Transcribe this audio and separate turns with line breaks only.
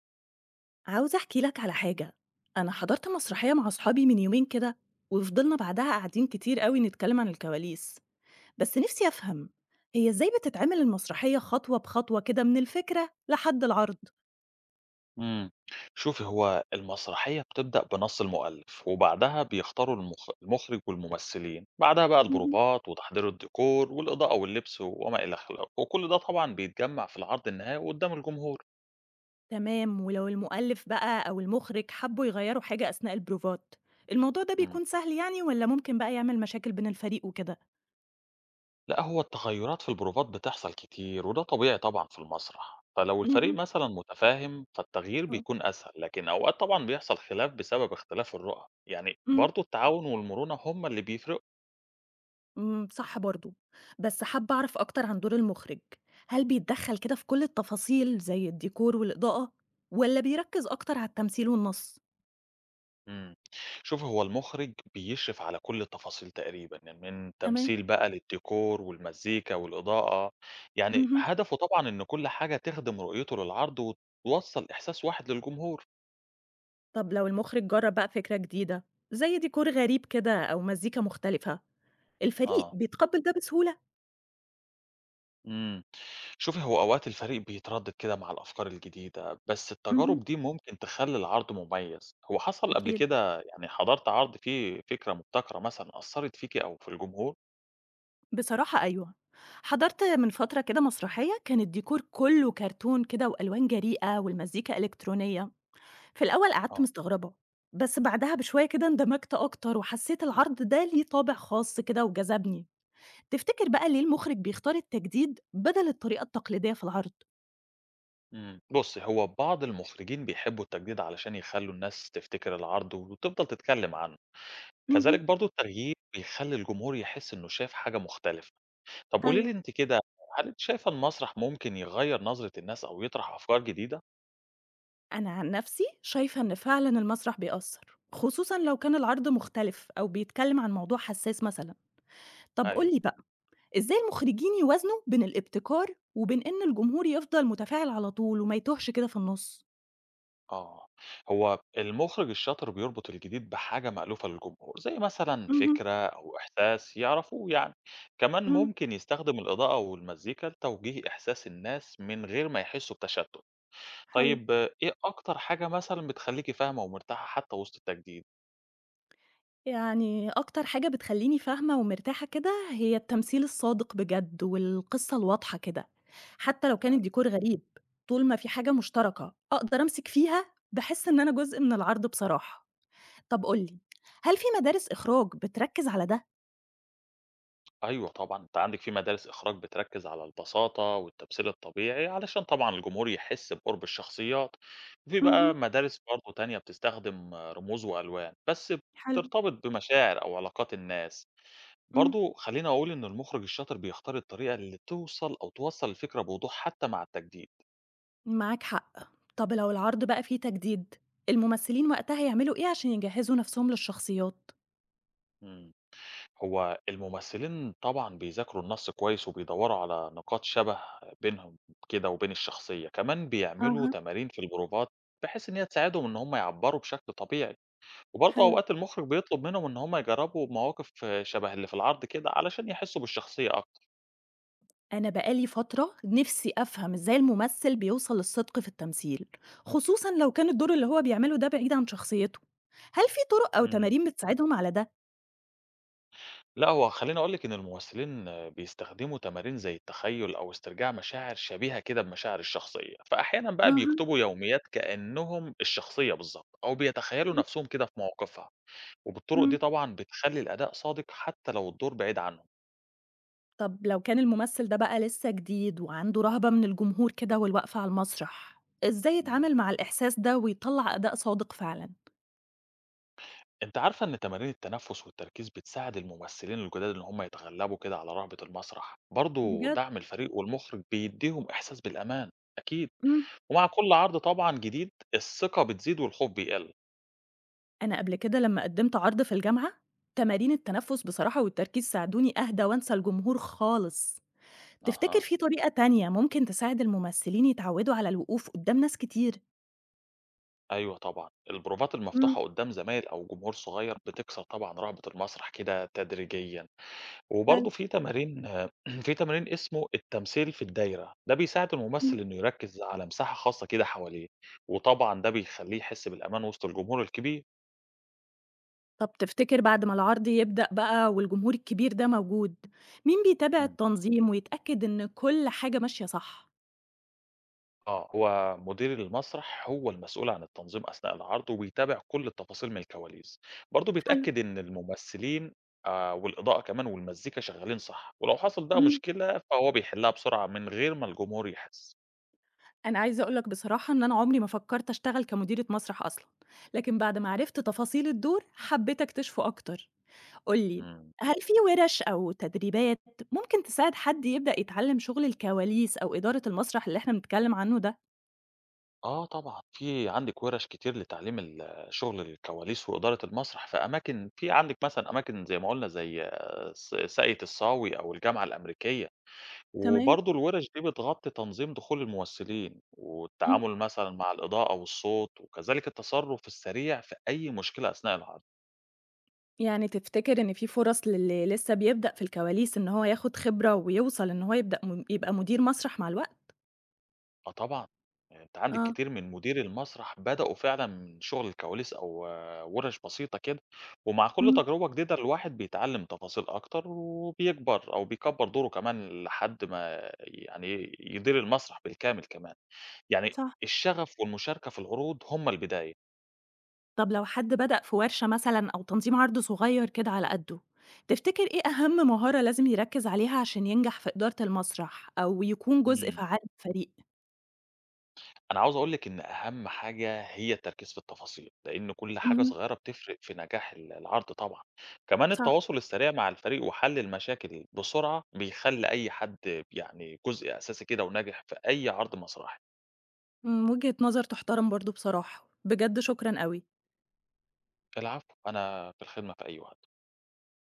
عاوزة أحكي لك على حاجة، أنا حضرت مسرحية مع أصحابي من يومين كده، وفضلنا بعدها قاعدين كتير أوي نتكلم عن الكواليس، بس نفسي أفهم هي إزاي بتتعمل المسرحية خطوة بخطوة كده من الفكرة لحد العرض؟
إمم. شوفي، هو المسرحية بتبدأ بنص المؤلف وبعدها بيختاروا المُخرِج والممثلين، بعدها بقى
مهم.
البروفات وتحضير الديكور والإضاءة واللبس وما إلى خلافه، وكل ده طبعًا بيتجمّع في العرض النهائي وقدّام الجمهور.
تمام. ولو المؤلف بقى أو المخرج حبوا يغيروا حاجة أثناء البروفات، الموضوع ده
إمم.
بيكون سهل يعني ولا ممكن بقى يعمل مشاكل بين الفريق وكده؟
لأ، هو التغيُّرات في البروفات بتحصل كتير وده طبيعي طبعًا في المسرح، فلو الفريق
مهم.
مثلًا متفاهم فالتغيير بيكون أسهل، لكن أوقات طبعًا بيحصل خلاف بسبب اختلاف الرؤى، يعني
آه.
برضه التعاون والمرونة هم اللي بيفرقوا.
إمم، صح برضه، بس حابة أعرف أكتر عن دور المُخرِج، هل بيتدخّل كده في كل التفاصيل زي الديكور والإضاءة والّا بيركّز أكتر على التمثيل والنَص؟
إمم. شوف هو المُخرِج بيشرف على كل التفاصيل تقريبًا، يعني من
تمام،
تمثيل بقى للديكور والمزيكا والإضاءة، يعني
اهم.
هدفه طبعًا إن كل حاجة تخدم رؤيته للعرض وتوصّل إحساس واحد للجمهور.
طب لو المُخرِج جرّب بقى فكرة جديدة زي ديكور غريب كده أو مزيكا مختلفة، الفريق
آه.
بيتقبّل ده بسهولة؟
إمم. شوفي هو أوقات الفريق بيتردد كده مع الأفكار الجديدة، بس التجارب
اهم،
دي ممكن تخلّي العرض مميز. هو حصل قبل
أكيد.
كده يعني حضرتِ عرض فيه فكرة مبتكرة مثلًا أثّرت فيكِ أو في الجمهور؟
بصراحة أيوه، حضرت من فترة كده مسرحية كان الديكور كُلّه كرتون كده وألوان جريئة والمزيكا إلكترونية. في الأول قعدت
آه.
مستغربة، بس بعدها بشوية كده اندمجت أكتر وحسيت العرض ده ليه طابع خاص كده وجذبني. تفتكر بقى ليه المخرج بيختار التجديد بدل الطريقة التقليدية في العرض؟
بُصّي، هو بعض المُخرجين بيحبّوا التجديد علشان يخلّوا الناس تفتكر العرض وتفضل تتكلّم عنه، كذلك
اهم،
برضه التغيير بيخلّي الجمهور يحس إنه شاف حاجة مختلفة. طَب قولي
حلو.
لي أنتِ كده، هل أنتِ شايفة المسرح ممكن يغيّر نظرة الناس أو يطرح أفكار جديدة؟
أنا عن نفسي شايفة إن فعلا المسرح بيأثر خصوصا لو كان العرض مختلف أو بيتكلم عن موضوع حساس مثلا. طب
أيوه،
قولي بقى، إزاي المخرجين يوازنوا بين الابتكار وبين إن الجمهور يفضل متفاعل على طول وما يتوهش كده في النص؟
آه. هو المُخرج الشاطر بيربط الجديد بحاجة مألوفة للجمهور، زي مثلًا
اهم،
فكرة أو إحساس يعرفوه يعني. كمان
اهم،
ممكن يستخدم الإضاءة والمزيكا لتوجيه إحساس الناس من غير ما يحسّوا بتشتُّت.
حلو.
طيب آه، إيه أكتر حاجة مثلًا بتخلّيكِ فاهمة ومرتاحة حتى وسط التجديد؟
يعني أكتر حاجة بتخلّيني فاهمة ومرتاحة كده، هي التمثيل الصادق بجد والقصة الواضحة كده، حتى لو كان
هل
الديكور غريب، طول ما في حاجة مشتركة أقدر أمسك فيها، باحس إن أنا جزء من العرض بصراحة. طب قُل لي، هل في مدارس إخراج بتركّز على ده؟
أيوه طبعًا، أنتِ عندِك في مدارس إخراج بتركّز على البساطة والتمثيل الطبيعي علشان طبعًا الجمهور يحس بقُرب الشخصيات، وفي بقى
اهم،
مدارس برضه تانية بتستخدم آه، رموز وألوان، بس
حلو،
بترتبط بمشاعر أو علاقات الناس،
إمم.
برضه خلّيني أقول إن المُخرج الشاطر بيختار الطريقة اللي توصل أو توصّل الفكرة بوضوح حتى مع التجديد.
معاك حق. طب لو العرض بقى فيه تجديد، الممثلين وقتها يعملوا إيه عشان يجهّزوا نَفْسهم للشخصيات؟
إمم. هو الممثلين طبعًا بيذاكروا النص كويس، وبيدوّروا على نقاط شَبَه بينهم كده وبين الشخصية، كمان بيعملوا
أها،
تمارين في البروفات، بحيث إن هي تساعدهم إن هم يعبّروا بشكل طبيعي، وبرضه
حلو.
أوقات المُخرِج بيطلب منهم إن هم يجرّبوا مواقف شَبَه اللي في العرض كده، علشان يحسّوا بالشخصية أكتر.
أنا بقالي فترة نفسي أفهم إزاي الممثل بيوصل للصدق في التمثيل، خصوصًا لو كان الدور اللي هو بيعمله ده بعيد عن شخصيته. هل في طرق أو
إمم.
تمارين بتساعدهم على ده؟
لأ، هو خلّيني أقول لِك إن الممثلين بيستخدموا تمارين زي التخيُّل أو استرجاع مشاعر شبيهة كده بمشاعر الشخصية، فأحيانًا بقى
أها،
بيكتبوا يوميات كإنّهم الشخصية بالضبط، أو بيتخيّلوا نَفْسهم كده في مواقفها. وبالطرق دي
إمم.
طبعًا بتخلّي الأداء صادق حتى لو الدور بعيد عنهم.
طب لو كان الممثل ده بقى لسه جديد وعنده رهبة من الجمهور كده والوقفة على المسرح، إزاي
إمم.
يتعامل مع الإحساس ده ويطلع أداء صادق فعلًا؟
أنتِ عارفة إن تمارين التنفس والتركيز بتساعد الممثلين الجداد إن هم يتغلبوا كده على رهبة المسرح، برضه
بجد؟
دعم الفريق والمخرج بيدّيهم إحساس بالأمان أكيد،
إمم.
ومع كل عرض طبعًا جديد الثقة بتزيد والخوف بيقل.
أنا قبل كده لما قدمت عرض في الجامعة، تمارين التنفس بصراحة والتركيز ساعدوني أهدى وأنسى الجمهور خالص. تفتكر
أها،
في طريقة تانية ممكن تساعد الممثلين يتعودوا على الوقوف قدّام ناس كتير؟
أيوه طبعًا، البروفات
إمم،
المفتوحة قدّام زمايل أو جمهور صغير بتكسر طبعًا رهبة المسرح كده تدريجيًا.
حلو،
وبرضه في تمارين في تمرين اسمه التمثيل في الدايرة، ده بيساعد
إمم.
الممثل إنه يركّز على مساحة خاصة كده حواليه، وطبعًا ده بيخلّيه يحس بالأمان وسط الجمهور الكبير.
طب تفتكر بعد ما العرض يبدأ بقى والجمهور الكبير ده موجود، مين بيتابع
مم.
التنظيم ويتأكد إن كل حاجة ماشية صح؟
آه، هو مدير المسرح هو المسؤول عن التنظيم أثناء العرض وبيتابع كل التفاصيل من الكواليس، برضه
حلو،
بيتأكد إن الممثلين والإضاءة كمان والمزيكا شغّالين صح، ولو حصل بقى
إمم.
مشكلة فهو بيحلّها بسرعة من غير ما الجمهور يحس.
أنا عايزة أقول لك بصراحة إن أنا عمري ما فكرت أشتغل كمديرة مسرح أصلًا، لكن بعد ما عرفت تفاصيل الدور حبيت أكتشفه أكتر. قُل لي،
إمم.
هل في ورش أو تدريبات ممكن تساعد حد يبدأ يتعلم شغل الكواليس أو إدارة المسرح اللي إحنا بنتكلم عنه ده؟
آه طبعًا، في عندِك وِرَش كتير لتعليم شغل الكواليس وإدارة المسرح في أماكن في عندِك مثلًا أماكن زي ما قُلنا زي آه، ساقية الصاوي أو الجامعة الأمريكية،
تمام،
وبرضه الوِرَش دي بتغطي تنظيم دخول الممثلين،
إمم.
والتعامل مثلًا مع الإضاءة والصوت، وكذلك التصرُّف السريع في أي مشكلة أثناء العرض.
يعني تفتكر إن في فرص للي لسه بيبدأ في الكواليس إن هو ياخد خبرة ويوصل إن هو يبدأ يبقى مدير مسرح مع الوقت؟
آه طبعًا، أنتِ عندِك
آه،
كتير من مديري المسرح بدأوا فعلًا من شغل الكواليس أو آه، وَرِش بسيطة كده، ومع كل
إمم،
تجربة جديدة الواحد بيتعلم تفاصيل أكتر وبيكبر أو بيكبر دوره كمان لحد ما يعني يدير المسرح بالكامل كمان، يعني
صح.
الشغف والمشاركة في العروض هم البداية.
طب لو حد بدأ في ورشة مثلًا أو تنظيم عرض صغير كده على قدّه، تفتكر إيه أهم مهارة لازم يركز عليها عشان ينجح في إدارة المسرح أو يكون جزء
إمم.
فعال من الفريق؟
أنا عاوز أقول لِك إن أهم حاجة هي التركيز في التفاصيل، لإن كل حاجة
إمم،
صغيرة بتفرق في نجاح العرض طبعًا، كمان
صح.
التواصل السريع مع الفريق وحل المشاكل بسرعة بيخلّي أي حد يعني جزء أساسي كده وناجح في أي عرض مسرحي.
وجهة نظر تُحترم برضه بصراحة، بجد شكرًا أوي.
العفو، أنا في الخدمة في أي وقت.